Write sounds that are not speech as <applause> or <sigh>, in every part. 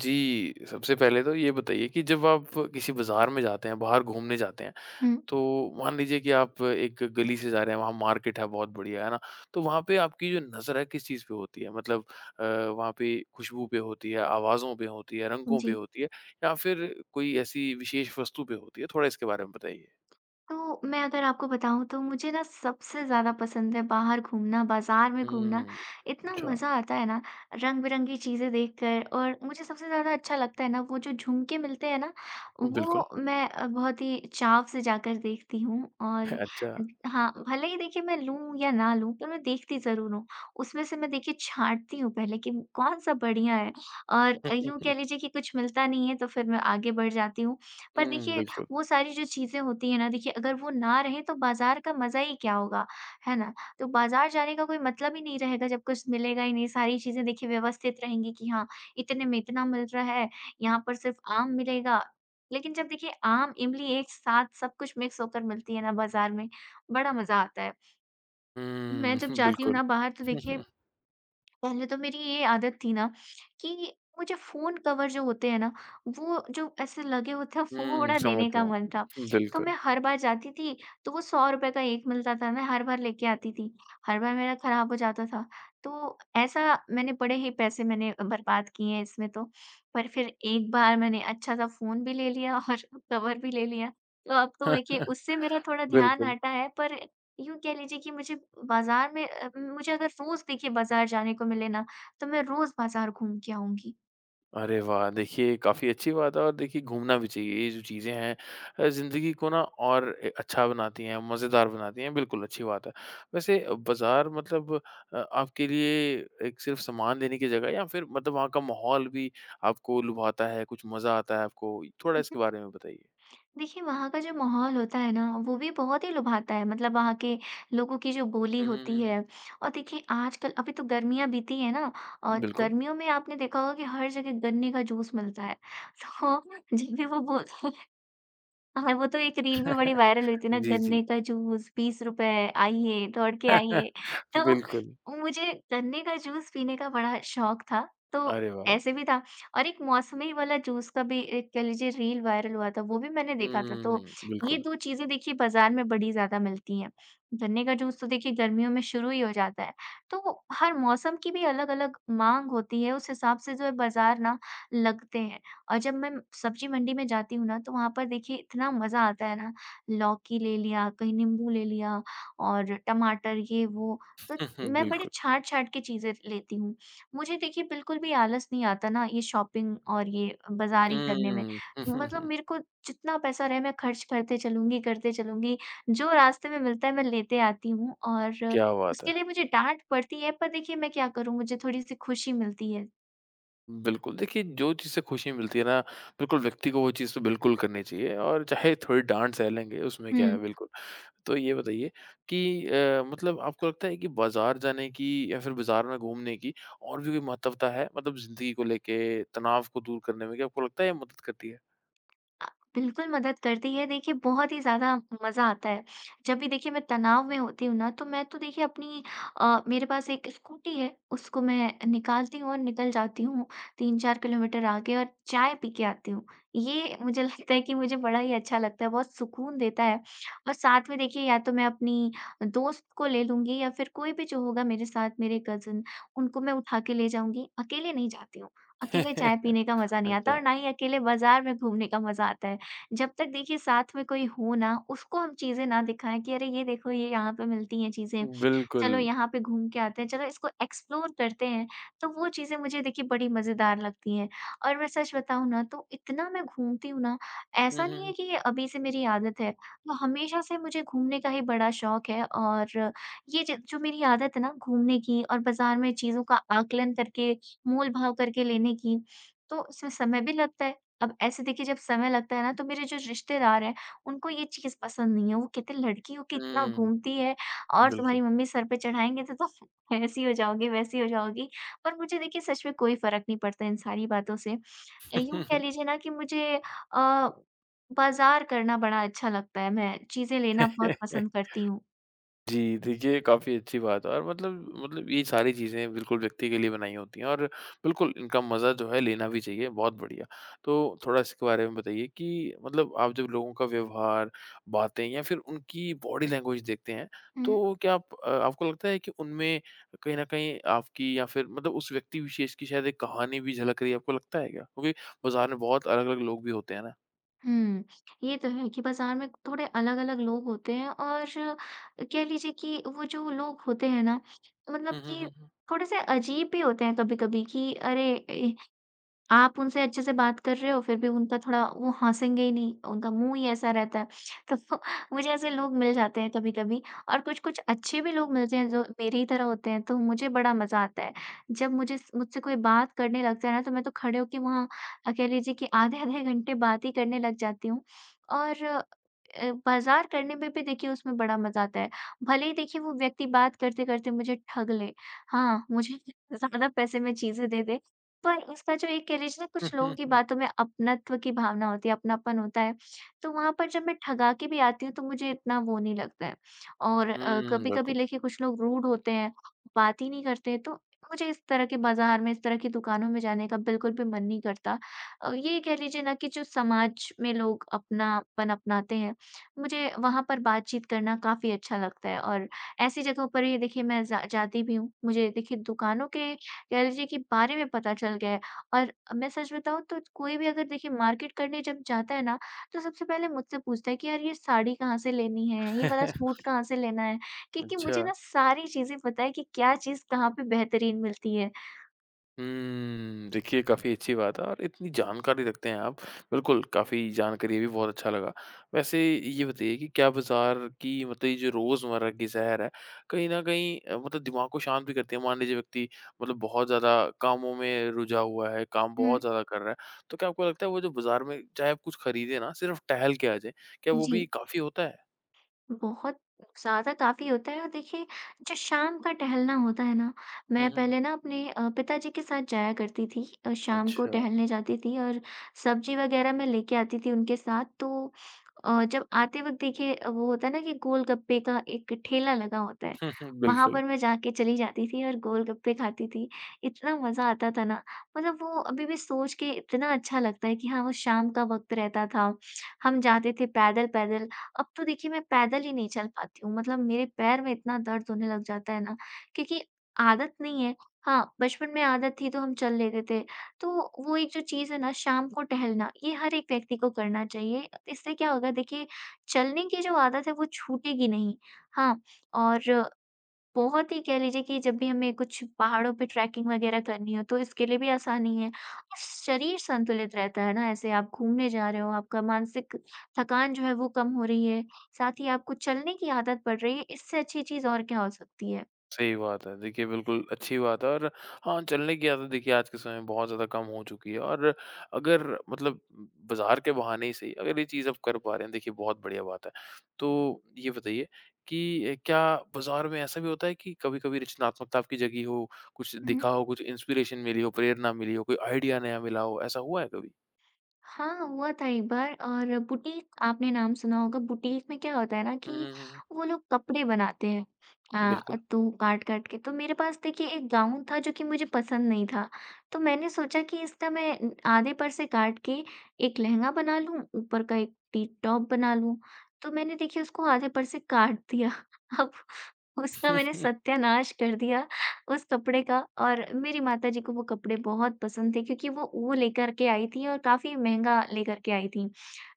जी, सबसे पहले तो ये बताइए कि जब आप किसी बाज़ार में जाते हैं, बाहर घूमने जाते हैं, हुँ, तो मान लीजिए कि आप एक गली से जा रहे हैं, वहाँ मार्केट है बहुत बढ़िया, है ना? तो वहाँ पे आपकी जो नज़र है, किस चीज़ पे होती है? मतलब वहाँ पे खुशबू पे होती है, आवाज़ों पे होती है, रंगों पे जी। होती है या फिर कोई ऐसी विशेष वस्तु पे होती है? थोड़ा इसके बारे में बताइए। तो मैं अगर आपको बताऊँ तो मुझे ना सबसे ज़्यादा पसंद है बाहर घूमना, बाज़ार में घूमना। हुँ, इतना अच्छा। मज़ा आता है ना रंग-बिरंगी चीज़ें देखकर, और मुझे सबसे ज़्यादा अच्छा लगता है ना वो जो झुमके मिलते हैं ना, बिल्कुल। वो मैं बहुत ही चाव से जाकर देखती हूँ। <laughs> और अच्छा। हाँ, भले ही देखिए मैं लूँ या ना लूँ, पर मैं देखती ज़रूर हूँ। उसमें से मैं देखिए छाँटती हूँ पहले कि कौन-सा बढ़िया है, और यूँ कह <laughs> लीजिए कि कुछ मिलता नहीं है तो फिर मैं आगे बढ़ जाती हूँ। पर हुँ, देखिए बिल्कुल। वो सारी जो चीज़ें होती हैं ना, देखिए अगर वो ना रहे तो बाज़ार का मज़ा ही क्या होगा, है ना? तो बाज़ार जाने का कोई मतलब ही नहीं रहेगा जब कुछ मिलेगा ही नहीं। सारी चीज़ें देखिए व्यवस्थित रहेंगी कि हाँ, इतने में इतना मिल रहा है, यहाँ पर सिर्फ़ आम मिलेगा। लेकिन जब देखिए आम, इमली एक साथ सब कुछ मिक्स होकर मिलती है ना बाज़ार में, बड़ा मज़ा आता है। मैं जब हुँ, <laughs> जाती हूँ बिल्कुल। ना बाहर, तो देखिए <laughs> पहले तो मेरी ये आदत थी ना कि वो जो फ़ोन कवर जो होते हैं ना, वो जो ऐसे लगे होते हैं, वो हुँ, बड़ा समझ लेने रहा का मन था। हूँ। तो मैं बिल्कुल। हर बार जाती थी, तो वो ₹100 का 1 मिलता था, मैं हर बार लेके आती थी। हर बार मेरा ख़राब हो जाता था। तो ऐसा मैंने बड़े ही पैसे मैंने बर्बाद किए हैं इसमें तो। पर फिर एक बार मैंने अच्छा-सा फ़ोन भी ले लिया और <laughs> कवर भी ले लिया। तो अब तो देखिए <laughs> उससे मेरा थोड़ा ध्यान बिल्कुल। हटा है, पर यूँ कह लीजिए कि मुझे बाज़ार में मुझे अगर रोज़ देखिए बाज़ार जाने को मिले ना, तो मैं रोज़ बाज़ार घूम के आऊँगी। अरे वाह! देखिए काफ़ी अच्छी बात है और देखिए घूमना भी चाहिए। ये जो चीज़ें हैं ज़िंदगी को ना और ए अच्छा बनाती हैं, मज़ेदार बनाती हैं। बिल्कुल, अच्छी बात है। वैसे बाज़ार मतलब आपके लिए एक सिर्फ़ सामान लेने की जगह है या फिर मतलब वहाँ का माहौल भी आपको लुभाता है, कुछ मज़ा आता है आपको? थोड़ा हुँ, इसके हुँ। बारे में बताइए। देखिए वहाँ का जो माहौल होता है ना, वो भी बहुत ही लुभाता है। मतलब वहाँ के लोगों की जो बोली हुँ, हुँ, होती हुँ, हुँ। है, और देखिए आजकल अभी तो गर्मियाँ बीती हैं ना, और बिल्कुल। गर्मियों में आपने देखा होगा कि हर जगह गन्ने का जूस मिलता है। <laughs> तो जब भी वो बोल हाँ, वो तो एक रील भी बड़ी वायरल हुई थी ना, जी, जी। गन्ने का जूस ₹20, आइए, दौड़ के <laughs> आइए। बिल्कुल। तो मुझे गन्ने का जूस पीने का बड़ा शौक था, तो अरे वाह! ऐसे भी था। और एक मौसमी वाला जूस का भी एक कह लीजिए रील वायरल हुआ था, वो भी मैंने देखा था। तो हुँ, ये बिल्कुल। 2 चीज़ें देखिए बाज़ार में बड़ी ज़्यादा मिलती हैं। गन्ने का जूस तो देखिए गर्मियों में शुरू ही हो जाता है, तो हर मौसम की भी अलग-अलग माँग होती है, उस हिसाब से जो है बाज़ार ना लगते हैं। और जब मैं सब्ज़ी मंडी में जाती हूँ ना, तो वहाँ पर देखिए इतना मज़ा आता है ना, लौकी ले लिया, कहीं नींबू ले लिया और टमाटर ये वो, तो <laughs> मैं बड़ी बिल्कुल। छाँट-छाँट के चीज़ें लेती हूँ। मुझे देखिए बिल्कुल भी आलस नहीं आता ना ये शॉपिंग और ये बाज़ारी करने में। हुँ। मतलब <laughs> मेरे को जितना पैसा रहे मैं खर्च करते चलूँगी, जो रास्ते में मिलता है मैं लेते आती हूँ, और क्या बात उसके है! लिए मुझे डाँट पड़ती है, पर देखिए मैं क्या करूँ, मुझे थोड़ी-सी खुशी मिलती है। बिल्कुल, देखिए जो चीज़ से खुशी मिलती है ना, बिल्कुल व्यक्ति को वो चीज़ तो बिल्कुल करनी चाहिए और चाहे थोड़ी डाँट सह लेंगे, उसमें क्या है हुँ। बिल्कुल। तो ये बताइए कि मतलब आपको लगता है कि बाज़ार जाने की या फिर बाज़ार में घूमने की और भी कोई महत्वता है? मतलब ज़िंदगी को लेके, तनाव को दूर करने में क्या आपको लगता है ये मदद करती है? अ, बिल्कुल मदद करती है। देखिए, बहुत ही ज़्यादा मज़ा आता है। जब भी देखिए मैं तनाव में होती हूँ ना, तो मैं तो देखिए अपनी मेरे पास एक स्कूटी है, उसको मैं निकालती हूँ और निकल जाती हूँ 3-4 किलोमीटर आगे और चाय पी के आती हूँ। ये मुझे <laughs> लगता है कि मुझे बड़ा ही अच्छा लगता है, बहुत सुकून देता है। और साथ में देखिए या तो मैं अपनी दोस्त को ले लूँगी, या फिर कोई भी जो होगा मेरे साथ, मेरे कज़िन, उनको मैं उठा के ले जाऊँगी, अकेले नहीं जाती हूँ। अकेले चाय <laughs> पीने का मज़ा नहीं आता, अच्छा, और ना ही अकेले बाज़ार में घूमने का मज़ा आता है। जब तक देखिए साथ में कोई हो ना, उसको हम चीज़ें ना दिखाएँ कि अरे ये देखो, ये यहाँ पे मिलती हैं चीज़ें, बिल्कुल। चलो यहाँ पे घूम के आते हैं, चलो इसको एक्सप्लोर करते हैं। तो वो चीज़ें मुझे देखिए बड़ी मज़ेदार लगती हैं। और मैं सच बताऊँ ना, तो इतना मैं घूमती हूँ ना, हुँ, ऐसा हुँ, नहीं है हुँ। कि ये अभी से मेरी आदत है। तो हमेशा से मुझे घूमने का ही बड़ा शौक है। और ये ज जो मेरी आदत है ना घूमने की, और बाज़ार में चीज़ों का आकलन करके मोल-भाव करके लेने की, तो इसमें समय भी लगता है। अब ऐसे देखिए जब समय लगता है ना, तो मेरे जो रिश्तेदार हैं, उनको ये चीज़ पसंद नहीं है। वो कहते हैं लड़की हो के इतना हुँ, घूमती है, और बिल्कुल। तुम्हारी मम्मी सर पे चढ़ाएँगे तो तुम <laughs> ऐसी हो जाओगी, वैसी हो जाओगी। पर मुझे देखिए सच में कोई फ़र्क नहीं पड़ता इन सारी बातों से। यूँ कह लीजिए ना कि मुझे बाज़ार करना बड़ा अच्छा लगता है। मैं चीज़ें लेना बहुत पसंद <laughs> करती हूँ। जी, देखिए काफ़ी अच्छी बात है और मतलब ये सारी चीज़ें बिल्कुल व्यक्ति के लिए बनाई होती हैं और बिल्कुल इनका मज़ा जो है लेना भी चाहिए, बहुत बढ़िया। तो थोड़ा इसके बारे में बताइए कि मतलब आप जब लोगों का व्यवहार, बातें या फिर उनकी बॉडी लैंग्वेज देखते हैं, हुँ, तो क्या आप आपको लगता है कि उनमें कहीं न कहीं आपकी या फिर मतलब उस व्यक्ति विशेष की शायद एक कहानी भी झलक रही है, आपको लगता है क्या? क्योंकि बाज़ार में बहुत अलग-अलग लोग भी होते हैं ना। हुँ। ये तो है कि बाज़ार में थोड़े अलग-अलग लोग होते हैं, और कह लीजिए कि वो जो लोग होते हैं ना, हुँ, मतलब हुँ, कि हुँ, थोड़े-से अजीब भी होते हैं कभी-कभी कि अरे! <laughs> आप उनसे अच्छे से बात कर रहे हो, फिर भी उनका थोड़ा वो हँसेंगे ही नहीं, उनका मुँह ही ऐसा रहता है। <laughs> तो मुझे ऐसे लोग मिल जाते हैं कभी-कभी, और कुछ-कुछ अच्छे भी लोग मिलते हैं जो मेरी ही तरह होते हैं, तो मुझे बड़ा मज़ा आता है। जब मुझे स मुझसे कोई बात करने लगता है ना, तो मैं तो खड़े होके वहाँ कह लीजिए कि आधे-आधे घंटे बात ही करने लग जाती हूँ। और बाज़ार करने में भी देखिए उसमें बड़ा मज़ा आता है। भले ही देखिए वो व्यक्ति बात करते-करते मुझे ठग ले, हाँ, मुझे <laughs> ज़्यादा पैसे में चीज़ें दे दे, पर उसका जो एक कह लीजिए ना, कुछ लोगों की हुँ। बातों में अपनत्व की भावना होती है, अपनापन होता है, तो वहाँ पर जब मैं ठगा के भी आती हूँ तो मुझे इतना वो नहीं लगता है। और हुँ, कभी-कभी बिल्कुल। देखिए कुछ लोग रूड होते हैं, बात ही नहीं करते हैं, तो मुझे इस तरह के बाज़ार में, इस तरह की दुकानों में जाने का बिल्कुल भी मन नहीं करता। ये कह लीजिए ना कि जो समाज में लोग अपनापन अपनाते हैं, मुझे वहाँ पर बातचीत करना काफ़ी अच्छा लगता है, और ऐसी जगहों पर ये देखिए मैं जा जाती भी हूँ। मुझे देखिए दुकानों के कह लीजिए कि बारे में पता चल गया है। और मैं सच बताऊँ तो कोई भी अगर देखिए मार्केट करने जब जाता है ना, तो सबसे पहले मुझसे पूछता है कि यार ये साड़ी कहाँ से लेनी है? ये वाला सूट <laughs> कहाँ से लेना है? क्योंकि अच्छा। मुझे ना सारी चीज़ें पता है कि क्या चीज़ कहाँ पे बेहतरीन मिलती है। हुँ, देखिए काफ़ी अच्छी बात है और इतनी जानकारी रखते हैं आप। बिल्कुल, काफ़ी जानकारी ये भी बहुत अच्छा लगा। वैसे ये बताइए कि क्या बाज़ार की मतलब ये जो रोज़मर्रा की सैर है, कहीं न कहीं मतलब दिमाग को शांत भी करती है? मान लीजिए व्यक्ति मतलब बहुत ज़्यादा कामों में रुझा हुआ है, काम बहुत हुँ, ज़्यादा कर रहा है, तो क्या आपको लगता है वो जो बाज़ार में चाहे आप कुछ खरीदें ना, सिर्फ़ टहल के आ जाएँ, क्या वो जी। भी काफ़ी होता है? बहुत ज़्यादा काफ़ी होता है। और देखिए जो शाम का टहलना होता है ना, हुँ, मैं हुँ, हुँ। पहले ना अपने पिताजी के साथ जाया करती थी, शाम को अच्छा। टहलने जाती थी, और सब्जी वगैरह मैं लेके आती थी उनके साथ। तो जब आते वक्त देखिए, वो होता है ना कि गोलगप्पे का एक ठेला लगा होता है, <laughs> वहां बिल्कुल। पर मैं जाके चली जाती थी और गोलगप्पे खाती थी। इतना मजा आता था ना, मतलब वो अभी भी सोच के इतना अच्छा लगता है कि हाँ, वो शाम का वक्त रहता था, हम जाते थे पैदल पैदल। अब तो देखिए मैं पैदल ही नहीं चल पाती हूँ, मतलब मेरे पैर में इतना दर्द होने लग जाता है ना, क्योंकि आदत नहीं है। हाँ, बचपन में आदत थी तो हम चल लेते थे। तो वो एक जो चीज़ है ना शाम को टहलना, ये हर एक व्यक्ति को करना चाहिए। इससे क्या होगा देखिए, चलने की जो आदत है वो छूटेगी नहीं। हाँ, और बहुत ही कह लीजिए कि जब भी हमें कुछ पहाड़ों पे ट्रैकिंग वगैरह करनी हो, तो इसके लिए भी आसानी है, और शरीर संतुलित रहता है ना, ऐसे आप घूमने जा रहे हो, आपका मानसिक थकान जो है वो कम हो रही है, साथ ही आपको चलने की आदत पड़ रही है, इससे अच्छी चीज़ और क्या हो सकती है? सही बात है। देखिए, बिल्कुल अच्छी बात है और हाँ, चलने की आदत देखिए आज के समय में बहुत ज़्यादा कम हो चुकी है और अगर मतलब बाज़ार के बहाने ही सही, अगर ये चीज़ आप कर पा रहे हैं, देखिए बहुत बढ़िया बात है। तो ये बताइए कि क्या बाज़ार में ऐसा भी होता है कि कभी-कभी रचनात्मकता आपकी जगी हो, कुछ दिखा हो, कुछ इंस्पिरेशन मिली हो, प्रेरणा मिली हो, कोई आइडिया नया मिला हो, ऐसा हुआ है कभी? हाँ, हुआ था एक बार। और बुटीक आपने नाम सुना होगा, बुटीक में क्या होता है ना हुँ, कि हुँ, हुँ, हुँ। वो लोग कपड़े बनाते हैं। बिल्कुल। तो काट-काट के तो मेरे पास देखिए एक गाउन था जो कि मुझे पसंद नहीं था। तो मैंने सोचा कि इसका मैं आधे पर से काट के एक लहंगा बना लूँ, ऊपर का एक टी टॉप बना लूँ। तो मैंने देखिए उसको आधे पर से काट दिया। <laughs> अब उसका मैंने <laughs> सत्यानाश कर दिया उस कपड़े का। और मेरी माताजी को वो कपड़े बहुत पसंद थे, क्योंकि वो लेकर के आई थी और काफ़ी महँगा लेकर के आई थी।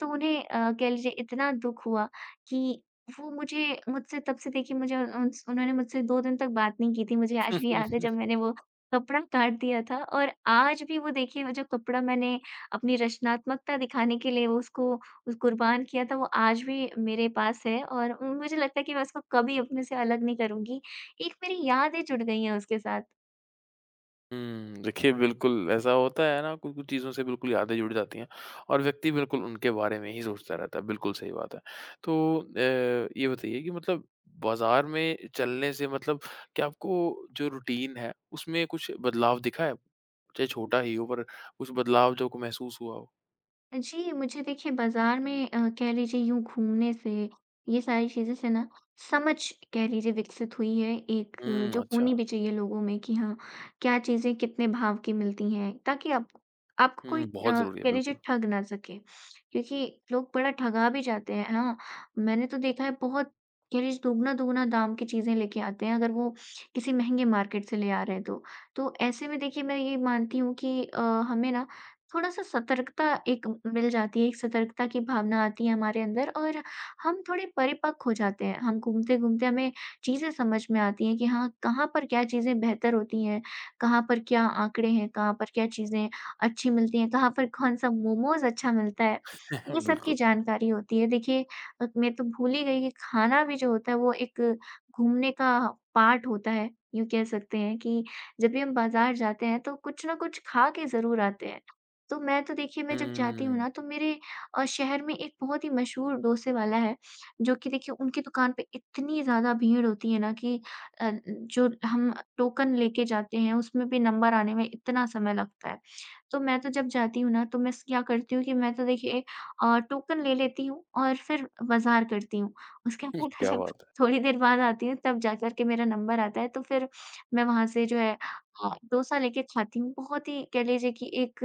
तो उन्हें कह लीजिए इतना दुःख हुआ कि वो मुझे मुझसे तब से देखिए मुझे उन्स उन्होंने मुझसे 2 दिन तक बात नहीं की थी। मुझे आज भी याद है जब मैंने वो कपड़ा काट दिया था, और आज भी वो देखिए वो जो कपड़ा मैंने अपनी रचनात्मकता दिखाने के लिए वो उसको उस कुर्बान किया था, वो आज भी मेरे पास है और मुझे लगता है कि मैं उसको कभी अपने से अलग नहीं करूँगी। एक मेरी यादें जुड़ गई हैं उसके साथ। हुँ, देखिए बिल्कुल ऐसा होता है ना कुछ-कुछ चीज़ों से बिल्कुल यादें जुड़ जाती हैं और व्यक्ति बिल्कुल उनके बारे में ही सोचता रहता है, बिल्कुल सही बात है। तो ये बताइए कि मतलब बाज़ार में चलने से मतलब क्या आपको जो रूटीन है उसमें कुछ बदलाव दिखा है? चाहे छोटा ही हो पर कुछ बदलाव जो आपको महसूस हुआ हो? जी, मुझे देखिए बाज़ार में कह लीजिए यूँ घूमने से, ये सारी चीज़ों से ना समझ कह लीजिए विकसित हुई है, एक हुँ, जो अच्छा। होनी भी चाहिए लोगों में कि हाँ, क्या चीज़ें कितने भाव की मिलती हैं ताकि आप आपको कोई हुँ, बहुत ज़रूरी है कह लीजिए बिल्कुल। ठग ना सके। क्योंकि लोग बड़ा ठगा भी जाते हैं ना, मैंने तो देखा है बहुत, कह लीजिए दोगुना-दोगुना दाम की चीज़ें लेके आते हैं अगर वो किसी महँगे मार्केट से ले आ रहे हैं तो। तो ऐसे में देखिए मैं ये मानती हूँ कि हमें ना थोड़ा-सा सतर्कता एक मिल जाती है, एक सतर्कता की भावना आती है हमारे अंदर और हम थोड़े परिपक्व हो जाते हैं। हम घूमते-घूमते हमें चीज़ें समझ में आती हैं कि हाँ, कहाँ पर क्या चीज़ें बेहतर होती हैं, कहाँ पर क्या आंकड़े हैं, कहाँ पर क्या चीज़ें अच्छी मिलती हैं, कहाँ पर कौन-सा मोमोज़ अच्छा मिलता है, ये <laughs> सब की बिल्कुल। जानकारी होती है। देखिए मैं तो भूल ही गई कि खाना भी जो होता है वो एक घूमने का पार्ट होता है, यूँ कह सकते हैं कि जब भी हम बाज़ार जाते हैं तो कुछ न कुछ खा के ज़रूर आते हैं। तो मैं तो देखिए मैं जब जाती हूँ हुँ, ना तो मेरे शहर में एक बहुत ही मशहूर डोसे वाला है, जो कि देखिए उनकी दुकान पे इतनी ज़्यादा भीड़ होती है ना कि जो हम टोकन लेके जाते हैं उसमें भी नंबर आने में इतना समय लगता है। तो मैं तो जब जाती हूँ ना तो मैं स क्या करती हूँ कि मैं तो देखिए टोकन ले लेती हूँ और फिर बाज़ार करती हूँ। उसके बाद <laughs> क्या जब बात है। थोड़ी देर बाद आती हूँ तब जाकर के मेरा नंबर आता है, तो फिर मैं वहाँ से जो है डोसा लेके खाती हूँ। बहुत ही कह लीजिए कि एक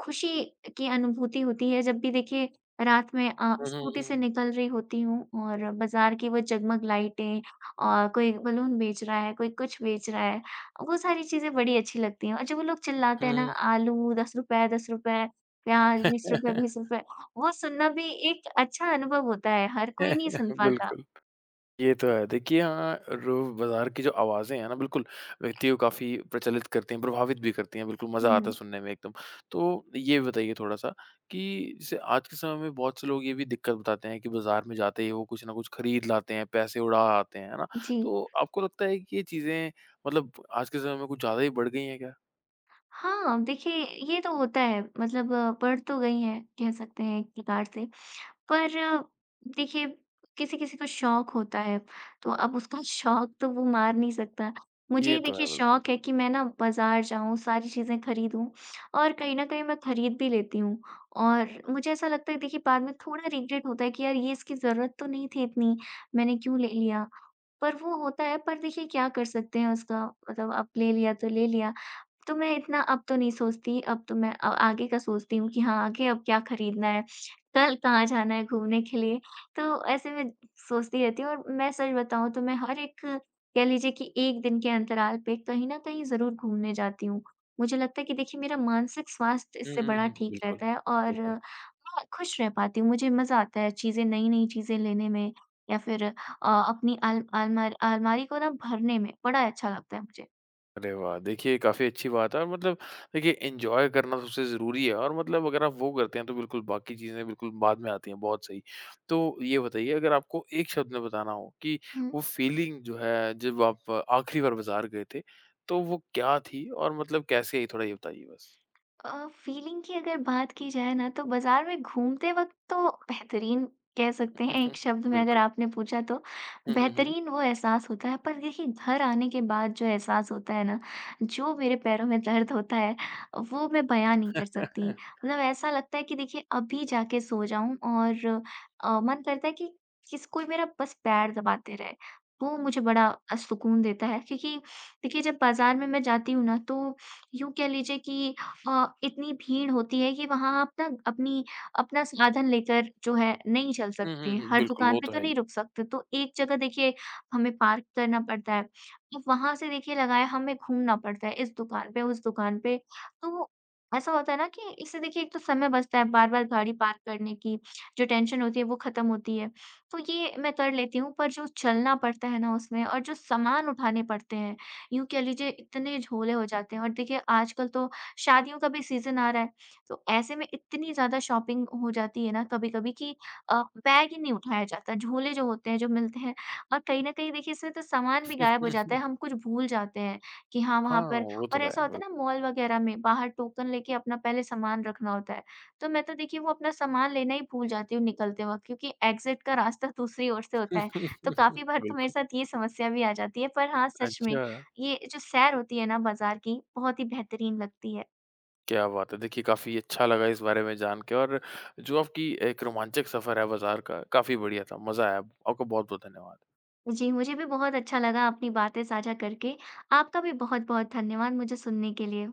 खुशी की अनुभूति होती है जब भी देखिए रात में हुँ, हुँ, स्कूटी से हुँ। निकल रही होती हूँ और बाज़ार की वो जगमग लाइटें और कोई बलून बेच रहा है, कोई कुछ बेच रहा है, वो सारी चीज़ें बड़ी अच्छी लगती हैं। और जब वो लोग चिल्लाते हुँ, हैं ना, हुँ। आलू ₹10 ₹10, प्याज़ ₹20 ₹20, वो सुनना भी एक अच्छा अनुभव होता है, हर कोई नहीं सुन <laughs> पाता। बिल्कुल। ये तो है। देखिए हाँ, रो बाज़ार की जो आवाज़ें हैं ना बिल्कुल, व्यक्ति को काफ़ी प्रचलित करती हैं, प्रभावित भी करती हैं, बिल्कुल हुँ, मज़ा आता है हुँ। सुनने में एकदम। तो ये बताइए थोड़ा-सा कि जैसे आज के समय में बहुत से लोग ये भी दिक्कत बताते हैं कि बाज़ार में जाते ही वो कुछ न कुछ खरीद लाते हैं, पैसे उड़ा आते हैं, है ना? जी। तो आपको लगता है कि ये चीज़ें मतलब आज के समय में कुछ ज़्यादा ही बढ़ गई हैं क्या? हाँ, देखिए ये तो होता है, मतलब पढ़ तो गई हैं, कह सकते हैं एक प्रकार से। पर देखिए किसी-किसी को शौक होता है, तो अब उसका <laughs> शौक तो वो मार नहीं सकता। मुझे ये ही तो देखिए है बिल्कुल। शौक है कि मैं ना बाज़ार जाऊँ, सारी चीज़ें खरीदूँ, और कहीं न कहीं मैं खरीद भी लेती हूँ। और मुझे ऐसा लगता है देखिए बाद में थोड़ा रिग्रेट होता है कि यार ये इसकी ज़रूरत तो नहीं थी इतनी, मैंने क्यों ले लिया? पर वो होता है, पर देखिए क्या कर सकते हैं उसका, मतलब अब ले लिया। तो मैं इतना अब तो नहीं सोचती, अब तो मैं आगे का सोचती हूँ कि हाँ, आगे अब क्या खरीदना है, कल कहाँ जाना है घूमने के लिए, तो ऐसे में सोचती रहती हूँ। और मैं सच बताऊँ तो मैं हर एक कह लीजिए कि 1 दिन के अंतराल पे कहीं न कहीं ज़रूर घूमने जाती हूँ। मुझे लगता है कि देखिए मेरा मानसिक स्वास्थ्य हुँ, इससे हुँ, बड़ा हुँ। ठीक बिल्कुल, रहता है और बिल्कुल। मैं खुश रह पाती हूँ, मुझे मज़ा आता है चीज़ें नई-नई चीज़ें लेने में, या फिर अपनी आल आलमार अलमारी को ना भरने में बड़ा अच्छा लगता है मुझे। अरे वाह! देखिए काफ़ी अच्छी बात है और मतलब देखिए एन्जॉय करना सबसे ज़रूरी है और मतलब अगर आप वो करते हैं तो बिल्कुल बाकी चीज़ें बिल्कुल बाद में आती हैं, बहुत सही। तो ये बताइए अगर आपको एक शब्द में बताना हो कि हुँ। वो फ़ीलिंग जो है जब आप आखिरी बार बाज़ार गए थे, तो वो क्या थी और मतलब कैसे आई थोड़ा ये बताइए बस? फीलिंग की अगर बात की जाए ना, तो बाज़ार में घूमते वक़्त तो बेहतरीन कह सकते हैं हम्म, एक शब्द में अगर बिल्कुल। आपने पूछा तो, <laughs> हुँ, हुँ, हुँ। बेहतरीन वो एहसास होता है। पर देखिए घर आने के बाद जो एहसास होता है ना, जो मेरे पैरों में दर्द होता है वो मैं बयाँ नहीं कर सकती। मतलब ऐसा लगता है कि देखिए अभी जाके सो जाऊँ, और मन करता है कि किस कोई मेरा बस पैर दबाते रहे। वो मुझे बड़ा सुकून देता है, क्योंकि देखिए जब बाज़ार में मैं जाती हूँ ना तो यूँ कह लीजिए कि इतनी भीड़ होती है कि वहाँ आप ना अपनी अपना साधन लेकर जो है नहीं चल हुँ, हुँ, सकते, हुँ, <laughs> हर बिल्कुल दुकान वो पे तो तो है ही। नहीं रुक सकते, तो एक जगह देखिए हमें पार्क करना पड़ता है। अब वहाँ से देखिए लगाए हमें घूमना पड़ता है इस दुकान पे, उस दुकान पे, तो ऐसा होता है ना कि इससे देखिए एक तो समय बचता है बार-बार गाड़ी पार्क करने की, जो टेंशन होती है वो ख़त्म होती है। तो ये मैं कर लेती हूँ, पर जो चलना पड़ता है ना उसमें और जो सामान उठाने पड़ते हैं, यूँ कह लीजिए इतने झोले हो जाते हैं। और देखिए आजकल तो शादियों का भी सीज़न आ रहा है, तो ऐसे में इतनी ज़्यादा शॉपिंग हो जाती है ना कभी-कभी कि बैग ही नहीं उठाया जाता, झोले जो होते हैं, जो मिलते हैं, और कहीं न कहीं देखिए इसमें तो सामान भी गायब हो जाता है, <laughs> हम कुछ भूल जाते हैं कि हाँ, वहाँ हाँ, पर। वो तो और है ऐसा होता है ना बिल्कुल। मॉल वगैरह में बाहर टोकन लेके अपना पहले सामान रखना होता है, तो मैं तो देखिए वो अपना सामान लेना ही भूल जाती हूँ निकलते वक़्त, क्योंकि एग्ज़िट का रास्ता <laughs> दूसरी ओर से होता है, तो <laughs> काफ़ी बार तो मेरे बिल्कुल, साथ ये समस्या भी आ जाती है। पर हाँ, सच में अच्छा। ये जो सैर होती है ना बाज़ार की, बहुत ही बेहतरीन लगती है। क्या बात है! देखिए काफ़ी अच्छा लगा इस बारे में जान के और जो आपकी एक रोमांचक सफ़र है बाज़ार का, काफ़ी बढ़िया था, मज़ा आया। आपका बहुत-बहुत धन्यवाद। जी, मुझे भी बहुत अच्छा लगा अपनी बातें साझा करके। आपका भी बहुत-बहुत धन्यवाद मुझे सुनने के लिए।